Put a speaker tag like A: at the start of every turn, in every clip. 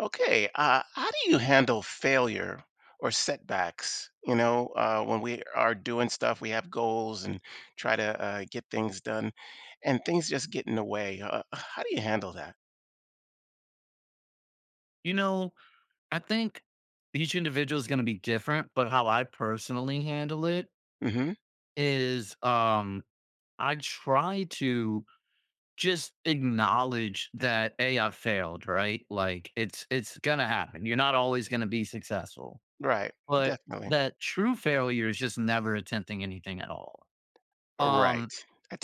A: Okay. How do you handle failure or setbacks? When we are doing stuff, we have goals and try to get things done, and things just get in the way. How do you handle that?
B: You know, I think each individual is going to be different, but how I personally handle it
A: Hmm.
B: is I try to just acknowledge that a I failed, right? Like it's going to happen. You're not always going to be successful.
A: Right.
B: But
A: Definitely.
B: that true failure is just never attempting anything at all.
A: Right.
B: Um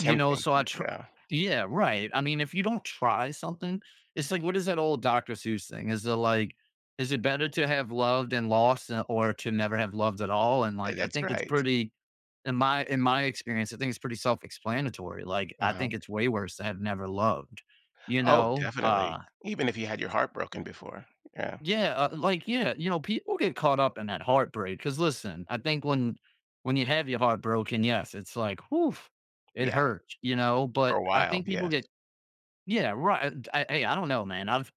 B: You know, so I try.
A: Yeah.
B: Yeah, right. I mean, if you don't try something, it's like, what is that old Dr. Seuss thing? Is it like, is it better to have loved and lost or to never have loved at all? And like, I
A: That's
B: think it's
A: right.
B: pretty, in my experience, I think it's pretty self-explanatory. Like, I
A: Uh-huh.
B: think it's way worse to have never loved. You
A: Oh,
B: know, uh,
A: definitely. Even if you had your heart broken before. Yeah.
B: yeah, you know, people get caught up in that heartbreak. Because listen, I think when you have your heart broken, yes, it's like, whew, it
A: Yeah.
B: hurts. You know,
A: For
B: but
A: a
B: I
A: while.
B: think people
A: Yes.
B: get yeah, right. And hey, I don't know, man. I've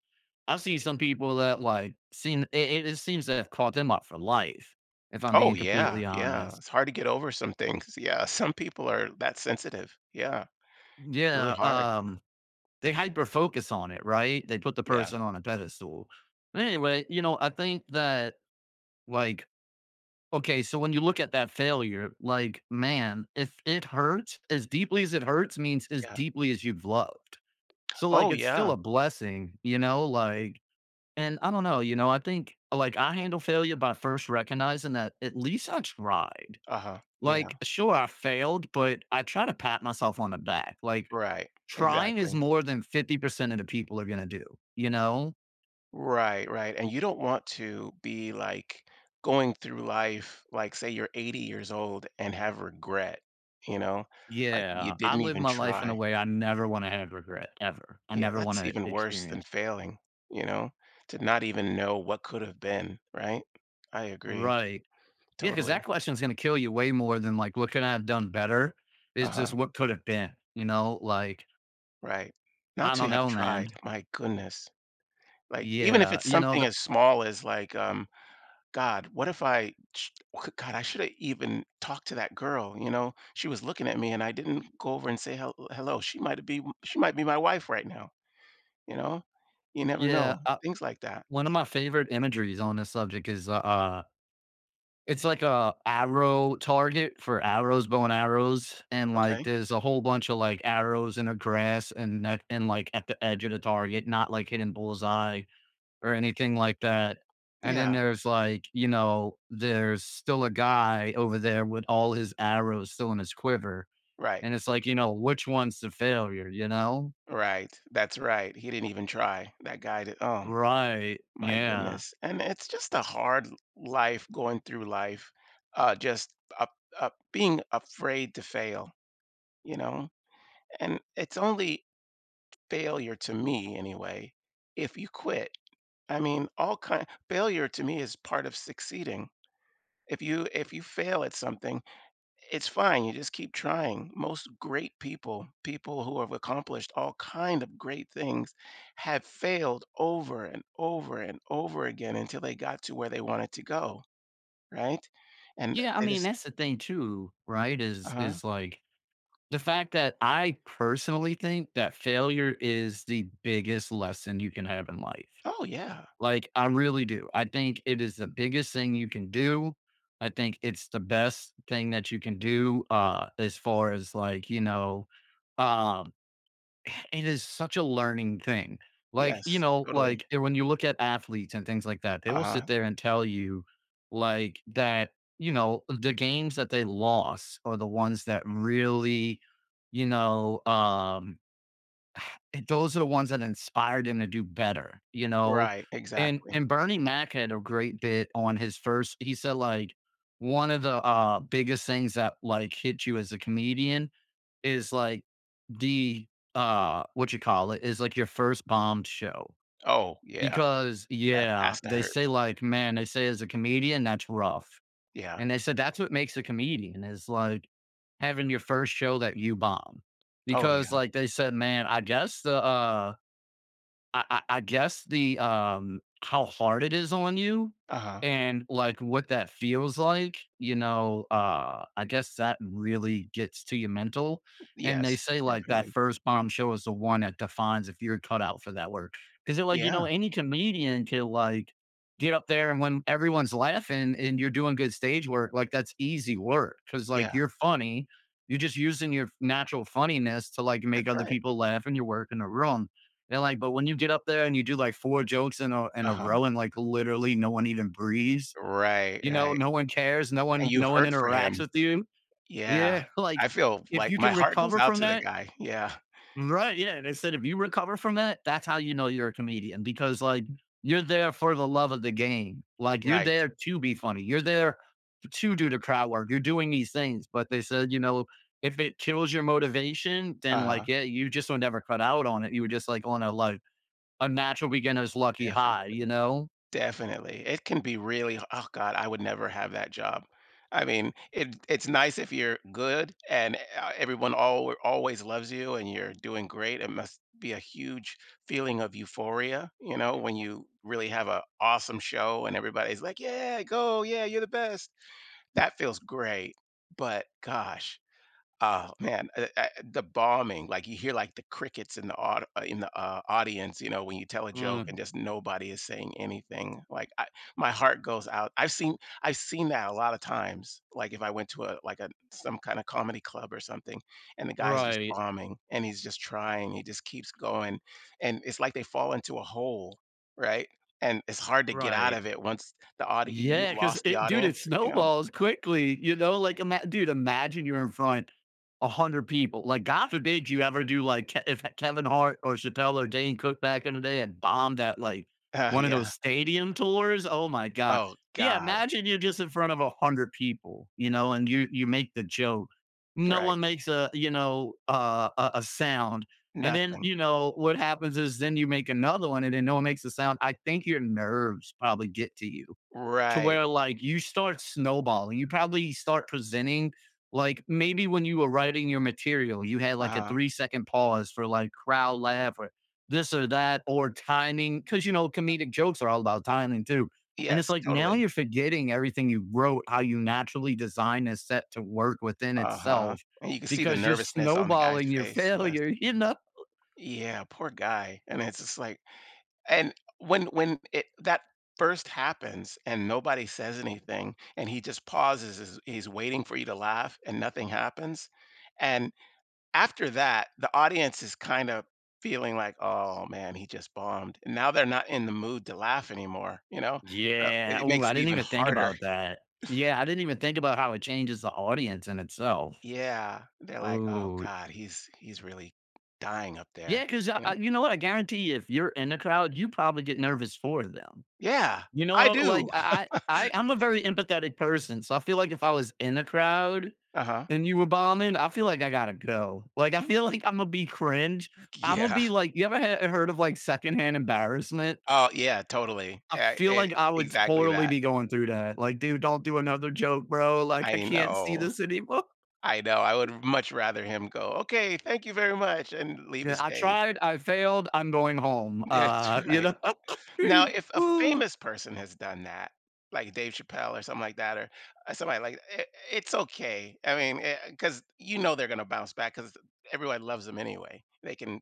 B: I've seen some people that like seem it seems to have caught them up for life, if I'm
A: Oh,
B: being
A: yeah.
B: completely
A: Yeah.
B: honest,
A: It's hard to get over some things. Yeah. Some people are that sensitive. Yeah. It's really
B: yeah.
A: hard.
B: They hyper focus on it, right? They put the
A: Yeah,
B: person on a pedestal. But anyway, you know, I think that like okay, so when you look at that failure, like man, if it hurts as deeply as it hurts, means as
A: yeah.
B: deeply as you've loved. So like,
A: Oh,
B: it's still
A: yeah.
B: a blessing, you know, like. And I don't know, you know, I think like I handle failure by first recognizing that at least I tried.
A: Uh-huh.
B: Like,
A: Yeah,
B: sure, I failed, but I try to pat myself on the back. Like,
A: right.
B: trying is
A: Exactly.
B: more than 50% of the people are going to do, you know?
A: Right, right, and you don't want to be, like, going through life, like, say you're 80 years old and have regret, you know? Like, you
B: Yeah. I
A: didn't
B: live
A: even
B: my life in a
A: try.
B: way I never want to have regret ever. I
A: Yeah,
B: never want
A: that's
B: to
A: even worse than
B: experience.
A: failing, you know? To not even know what could have been, right? I agree,
B: Right. Yeah. Cause
A: totally.
B: that question's going to kill you way more than like, what could I have done better? It's just
A: Uh-huh,
B: what could have been,
A: right. Not
B: I
A: to
B: don't
A: have
B: know,
A: tried,
B: man.
A: my goodness. Like, even if
B: Yeah.
A: it's
B: You know,
A: something
B: the,
A: as small as, like, God, what if God, I should have even talked to that girl. You know, she was looking at me and I didn't go over and say hello. She might be my wife right now. You know, you never
B: yeah.
A: know. Things like that.
B: One of my favorite imageries on this subject is, it's like a arrow target for arrows, bow and arrows, and, like,
A: Okay.
B: there's a whole bunch of, like, arrows in the grass and that and, like, at the edge of the target, not, like, hitting bullseye or anything like that, and then
A: Yeah.
B: there's, like, you know, there's still a guy over there with all his arrows still in his quiver,
A: Right.
B: and it's like, you know, which one's the failure, you know?
A: Right. That's right. He didn't even try. That guy did. Oh,
B: Right,
A: my
B: yeah.
A: goodness. And it's just a life going through life, just up, up, being afraid to fail, you know, and it's only failure to me anyway if you quit. I mean, all kind failure to me is part of succeeding. If you if you fail at something, it's fine, you just keep trying. Most great people who have accomplished all kind of great things have failed over and over and over again until they got to where they wanted to go, right? And
B: Yeah, I
A: they
B: mean,
A: just
B: that's the thing too, right? Is
A: uh-huh.
B: is, like the fact that I personally think that failure is the biggest lesson you can have in life.
A: Oh yeah.
B: Like, I really do. I think it is the biggest thing you can do. I think it's the best thing that you can do, as far as like, you know, um it is such a learning thing. Like, you
A: Yes,
B: know,
A: totally.
B: when you look at athletes and things like that, they will sit
A: Uh-huh.
B: there and tell you like that, you know, the games that they lost are the ones that really, you know, those are the ones that inspired them to do better, you know?
A: Right,
B: And
A: exactly.
B: Bernie Mac had a great bit on his first, he said like one of the biggest things that like hit you as a comedian is like the, what you call it, is like your first bombed show.
A: Oh yeah.
B: Because,
A: That
B: yeah,
A: has to
B: they
A: hurt.
B: say like, man, they say as a comedian, that's rough.
A: Yeah.
B: And they said that's what makes a comedian is like having your first show that you bomb.
A: Oh,
B: Because
A: yeah.
B: like they said, man, I guess the, how hard it is on you
A: Uh-huh.
B: and, like, what that feels like, you know, I guess that really gets to your mental, and
A: Yes,
B: they say, like, that
A: definitely.
B: first bombshell is the one that defines if you're cut out for that work. 'Cause it like, you know,
A: Yeah,
B: any comedian can, like, get up there and when everyone's laughing and you're doing good stage work, like, that's easy work because like,
A: yeah,
B: you're funny, you're just using your natural funniness to, like, make
A: that's
B: other
A: right.
B: people laugh and you work in the room. They're like, but when you get up there and you do like four jokes in a
A: Uh-huh.
B: row and like literally no one even breathes,
A: Right,
B: you know,
A: right,
B: no one cares,
A: and you
B: no one
A: hurt for
B: interacts
A: him.
B: with you.
A: Yeah.
B: Yeah, like
A: I feel
B: if
A: like
B: you
A: my
B: can
A: heart goes
B: recover
A: out
B: from
A: to the
B: that,
A: guy. Yeah,
B: right? Yeah, and instead if you recover from that, that's how you know you're a comedian because like you're there for the love of the game. Like you're
A: right.
B: there to be funny. You're there to do the crowd work. You're doing these things, but they said, you know, if it kills your motivation, then
A: Uh-huh,
B: like yeah, you just would never cut out on it. You were just like on a like a natural beginner's lucky high,
A: definitely.
B: you know?
A: Definitely. It can be really oh god, I would never have that job. I mean, it's nice if you're good and everyone al always loves you and you're doing great. It must be a huge feeling of euphoria, you know, when you really have a awesome show and everybody's like, "Yeah, go. Yeah, you're the best." That feels great. But gosh, oh, man, the bombing, like, you hear, like, the crickets in the aud in the, audience, you know, when you tell a joke and
B: Mm,
A: just nobody is saying anything, like, I my heart goes out. I've seen that a lot of times, like, if I went to a a some kinda comedy club or something, and the guy's just
B: right,
A: bombing, and he's just trying, he just keeps going, and it's like they fall into a hole, right? And it's hard to get out
B: right.
A: of it once the audi you've
B: Yeah, because
A: lost the
B: it dude,
A: audience,
B: it
A: you know?
B: snowballs quickly, you know? Like, imagine you're in front 100 people. Like, God forbid you ever do like if Kevin Hart or Chappelle or Dane Cook back in the day and bombed at like one of
A: Yeah.
B: those stadium tours. Oh my God.
A: Oh
B: Yeah,
A: god.
B: imagine you're just in front of 100 people, you know, and you make the joke. No
A: Right.
B: one makes a, you know, a sound. And then,
A: Nothing.
B: you know, what happens is then you make another one and then no one makes a sound. I think your nerves probably get to you to
A: Right.
B: where like you start snowballing. You probably start presenting like maybe when you were writing your material, you had like a
A: Uh-huh.
B: 3 second pause for like crowd laugh or this or that or timing because you know comedic jokes are all about timing too. And it's
A: Yes,
B: like now
A: totally.
B: you're forgetting everything you wrote, how you naturally designed a set to work within
A: Uh-huh.
B: itself
A: And you can see the
B: because you're
A: nervousness on the guy's
B: snowballing your
A: face. Yes.
B: failure, you know?
A: Yeah, poor guy. And it's just like and when it that first happens and nobody says anything and he just pauses is he's waiting for you to laugh and nothing happens. And after that, the audience is kind of feeling like, "Oh man, he just bombed." And now they're not in the mood to laugh anymore, you know? So,
B: Yeah.
A: it
B: Oh,
A: makes
B: I
A: it
B: didn't
A: even
B: even think
A: harder.
B: about that. Yeah, I didn't even think about how it changes the audience in itself.
A: Yeah, they're like, "Oh
B: Oh,
A: god, he's really dying up there,"
B: yeah, cause
A: you know?
B: you know what? I guarantee if you're in a crowd, you probably get nervous for them.
A: Yeah,
B: You
A: I
B: know, like,
A: do.
B: I'm a very empathetic person, so I feel like if I was in a crowd
A: Uh-huh.
B: and you were bombing, I feel like I gotta go. Like, I feel like Imma be cringe. Imma
A: Yeah.
B: be like you ever heard of, like, secondhand embarrassment?
A: Oh, yeah, totally.
B: I
A: Yeah,
B: feel
A: e
B: like I would
A: exactly
B: totally
A: that.
B: be going through that. Like, "Dude, don't do another joke, bro. Like, I
A: I
B: can't see
A: know.
B: this anymore."
A: I know, I would much rather him go, "Okay, thank you very much," and leave the
B: Yeah, I
A: stage.
B: tried, I failed, I'm going home,
A: That's
B: you
A: right.
B: know?
A: Now if a
B: Ooh,
A: famous person has done that, like Dave Chappelle or something like that, or somebody like I it's okay. I mean, because you know they're gonna bounce back, because everyone loves them anyway. They can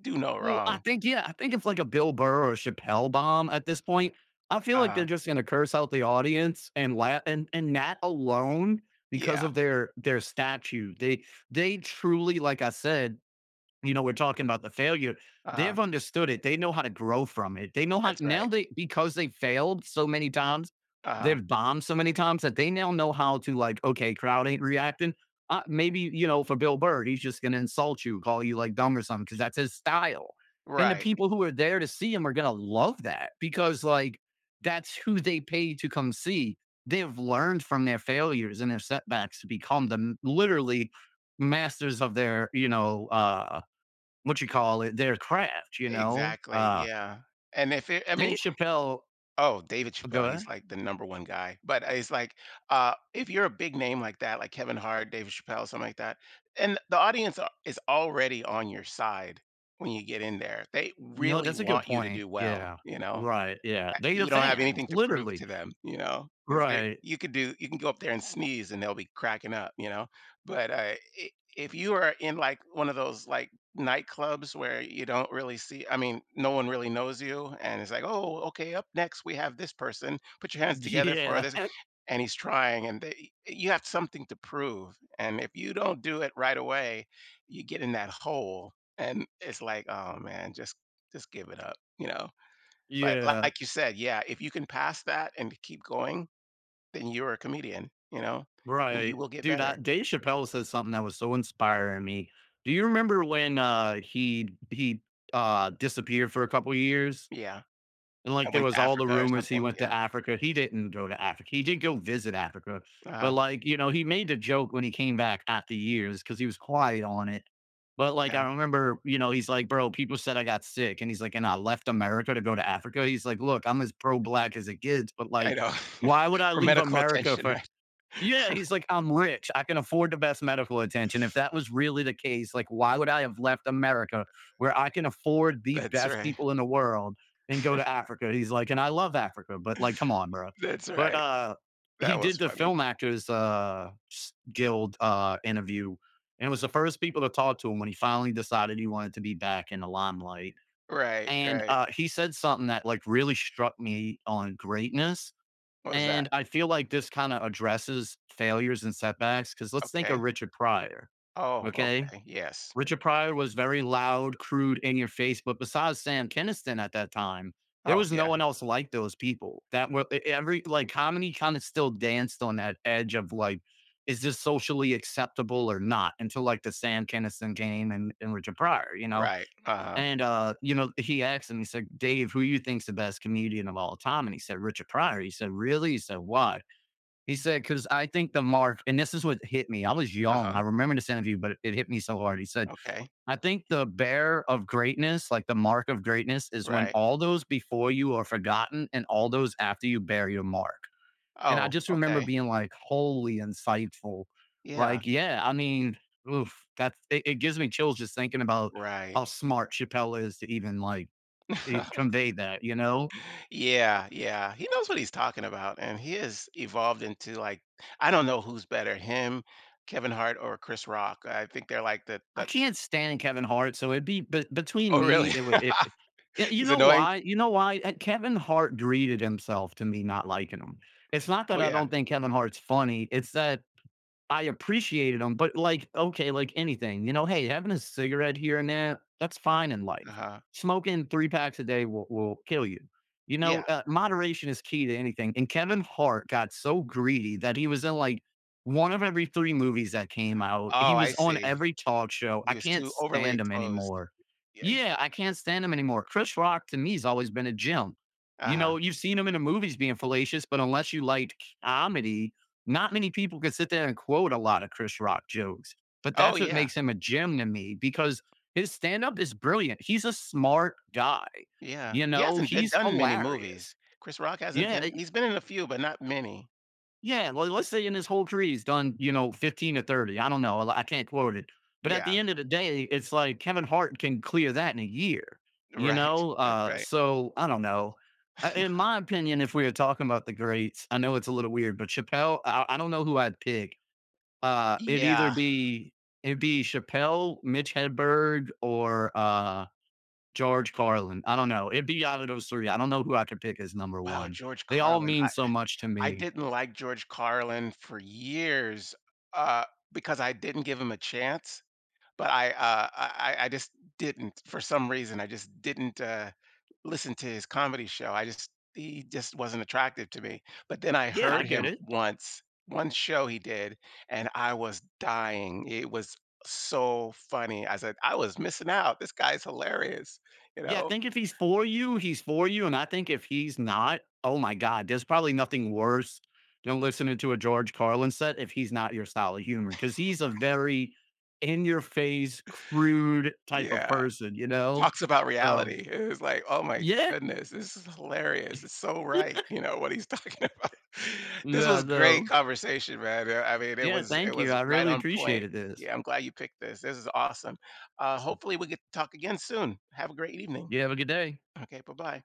A: do no
B: well, I
A: wrong.
B: think yeah, I think it's like a Bill Burr or Chappelle bomb at this point. I feel like they're
A: Uh-huh.
B: just gonna curse out the audience and laugh and that alone because
A: Yeah.
B: of their statue. They truly, like I said, you know, we're talking about the failure.
A: Uh-huh.
B: They've understood it. They know how to grow from it. They know how
A: That's
B: now
A: right.
B: they because they failed so many times,
A: Uh-huh.
B: they've bombed so many times that they now know how to like, okay, crowd ain't reacting. Maybe you know, for Bill Burr, he's just gonna insult you, call you like dumb or something, because that's his style. And the
A: Right.
B: people who are there to see him are gonna love that because like that's who they pay to come see. They've learned from their failures and their setbacks to become the literally masters of their you know what you call it, their craft, you know?
A: Exactly. Yeah. And if it, I mean,
B: Dave Chappelle
A: oh, David Chappelle,
B: go
A: he's
B: ahead.
A: like the number one guy. But it's like, if you're a big name like that, like Kevin Hart, David Chappelle, something like that, and the is already on your side when you get in there. They
B: You know,
A: really
B: that's a good
A: want you to
B: point.
A: do well,
B: Yeah.
A: you know?
B: Right, yeah. They the
A: You don't have
B: fans,
A: anything to prove to
B: literally.
A: them, you know, because
B: Right.
A: you could do you can go up there and sneeze, and they'll be cracking up, you know, but, I if you are in, like, one of those, like, nightclubs where you don't really see I mean, no one really knows you, and it's like, "Oh, okay, up next, we have this person. Put your hands together for
B: Yeah.
A: this," and he's trying, and they you have something to prove, and if you don't do it right away, you get in that hole, and it's like, "Oh, man, just give it up," you know? But
B: Yeah.
A: like you said, yeah, if you can pass that and keep going, then you're a comedian, you know, and you
B: Right.
A: will get
B: Dude, I
A: better.
B: Dave Chappelle said something that was so inspiring me. Do you remember when, he disappeared for a couple years?
A: Yeah.
B: And
A: I
B: like there
A: went to
B: was all the
A: Africa or
B: rumors he
A: something.
B: went to
A: Yeah.
B: Africa. He didn't go to Africa. He did go visit Africa. But
A: uh
B: like, you know, he made the joke when he came back after years because he was quiet on it. But like
A: Yeah.
B: I remember, you know, he's like, bro, people said I got sick. And he's like, and I left America to go to Africa. He's like, look, I'm as pro black as it gets, but
A: I
B: like,
A: know.
B: why would I
A: For
B: leave
A: medical
B: America
A: attention,
B: for yeah,
A: right?
B: he's like, I'm rich. I can afford the best medical attention. If that was really the case, like, why would I have left America where I can afford the
A: That's
B: best
A: right.
B: people in the world and go to Africa? He's like, and I love Africa, but like, come on, bro.
A: That's
B: But
A: right.
B: He
A: That was
B: did the
A: funny.
B: Film Actors Guild interview and was the first people to talk to him when he finally decided he wanted to be back in the limelight.
A: Right,
B: And
A: right.
B: He said something that like really struck me on greatness,
A: What was that?
B: and I feel like this kind of addresses failures and setbacks because let's think of
A: Okay.
B: Richard Pryor.
A: Oh,
B: Okay.
A: okay. Yes.
B: Richard Pryor was very loud, crude, in your face. But besides Sam Kinison at that time, there
A: Oh,
B: was no
A: yeah.
B: one else like those people that were every like comedy kind of still danced on that edge of like, is this socially acceptable or not until like the Sam Kinison game and Richard Pryor, you know?
A: Right. Uh-huh.
B: And he asked him, he said, "Dave, who you think's the best comedian of all time?" And he said, "Richard Pryor." He said, "Really?" He said, "Why?" He said, "Because I think the mark," and this is what hit me. I was young. I
A: Uh-huh.
B: remember this interview, but it hit me so hard. He said,
A: Okay.
B: "I think the bear of greatness, like the mark of greatness, is when
A: Right.
B: all those before you are forgotten and all those after you bear your mark." And I
A: Oh,
B: just remember
A: okay.
B: being like, "Wholly insightful."
A: Yeah.
B: Like, yeah, I mean, oof, that's it, it gives me chills just thinking about
A: Right.
B: how smart Chappelle is to even like c convey that, you know?
A: Yeah, yeah. He knows what he's talking about, and he has evolved into like I don't know who's better, him, Kevin Hart, or Chris Rock. I think they're like the
B: I
A: the
B: can't stand Kevin Hart, so it'd be but
A: Oh,
B: between me,
A: really?
B: it would it you
A: He's
B: know
A: annoying?
B: why? You know why? Kevin Hart greeted himself to me not liking him. It's not
A: Oh,
B: that I
A: yeah.
B: don't think Kevin Hart's funny, it's that I appreciated them, but like, okay, like anything, hey, having a cigarette here and there, that's fine in life.
A: Uh-huh.
B: Smoking three packs a day will kill you.
A: Yeah.
B: Moderation is key to anything. And Kevin Hart got so greedy that he was in like one of every three movies that came out. He
A: Oh, I
B: was on
A: see.
B: every talk show.
A: He
B: I
A: was
B: can't
A: too overly
B: stand him
A: exposed.
B: anymore.
A: Yeah.
B: Yeah, I can't stand him anymore. Chris Rock to me has always been a gem. You
A: Uh-huh.
B: know, you've seen him in the movies being fallacious, but unless you liked comedy, not many people can sit there and quote a lot of Chris Rock jokes, but
A: Oh,
B: that's what
A: yeah.
B: makes him a gem to me because his stand up is brilliant. He's a smart guy.
A: Yeah.
B: You
A: He
B: know,
A: hasn't been
B: he's
A: done many
B: hilarious.
A: movies. Chris Rock hasn't
B: Yeah.
A: been
B: eh,
A: he's been in a few, but not many.
B: Let's say in his whole career, he's done, you know, 15 or 30. I don't know. I can't quote it. But at
A: Yeah.
B: the end of the day, it's like Kevin Hart can clear that in a year, you
A: Right.
B: know?
A: That's
B: Uh,
A: right.
B: so I don't know. In my opinion, if we were talking about the greats, I know it's a little weird, but Chappelle, I don't know who I'd pick. It'd either
A: Yeah.
B: be it'd be Chappelle, Mitch Hedberg, or George Carlin. I don't know. It'd be out of those 3. I don't know who I could pick as number
A: Wow,
B: 1.
A: George
B: They all
A: Carlin.
B: mean so much to
A: I
B: me.
A: didn't like George Carlin for years, uh, because I didn't give him a chance, but I just didn't for some reason, I just didn't, listen to his comedy show. I just he just wasn't attractive to me, but then I
B: Yeah, I
A: heard
B: get
A: him
B: it.
A: once, one show he did, and I was dying. It was so funny. I said, "I was missing out. This guy's hilarious," you
B: Yeah, I
A: know?
B: think if he's for you, he's for you, and I think if he's not, oh my god, there's probably nothing worse than listening to a George Carlin set if he's not your style of humor, because he's a very in-your-face, crude type of
A: Yeah.
B: person, you know?
A: Talks about
B: So
A: reality. It was like, "Oh my
B: yeah.
A: goodness, this is hilarious. It's so right," you know, what he's talking about. This
B: Yeah,
A: was great
B: no.
A: conversation, man. I mean,
B: Yeah,
A: it
B: thank you.
A: was
B: I
A: right
B: really
A: on point.
B: appreciated this.
A: Yeah, I'm glad you picked this. This is awesome. Hopefully we could talk again soon. Have a great evening.
B: You have a good day.
A: Okay, bye-bye.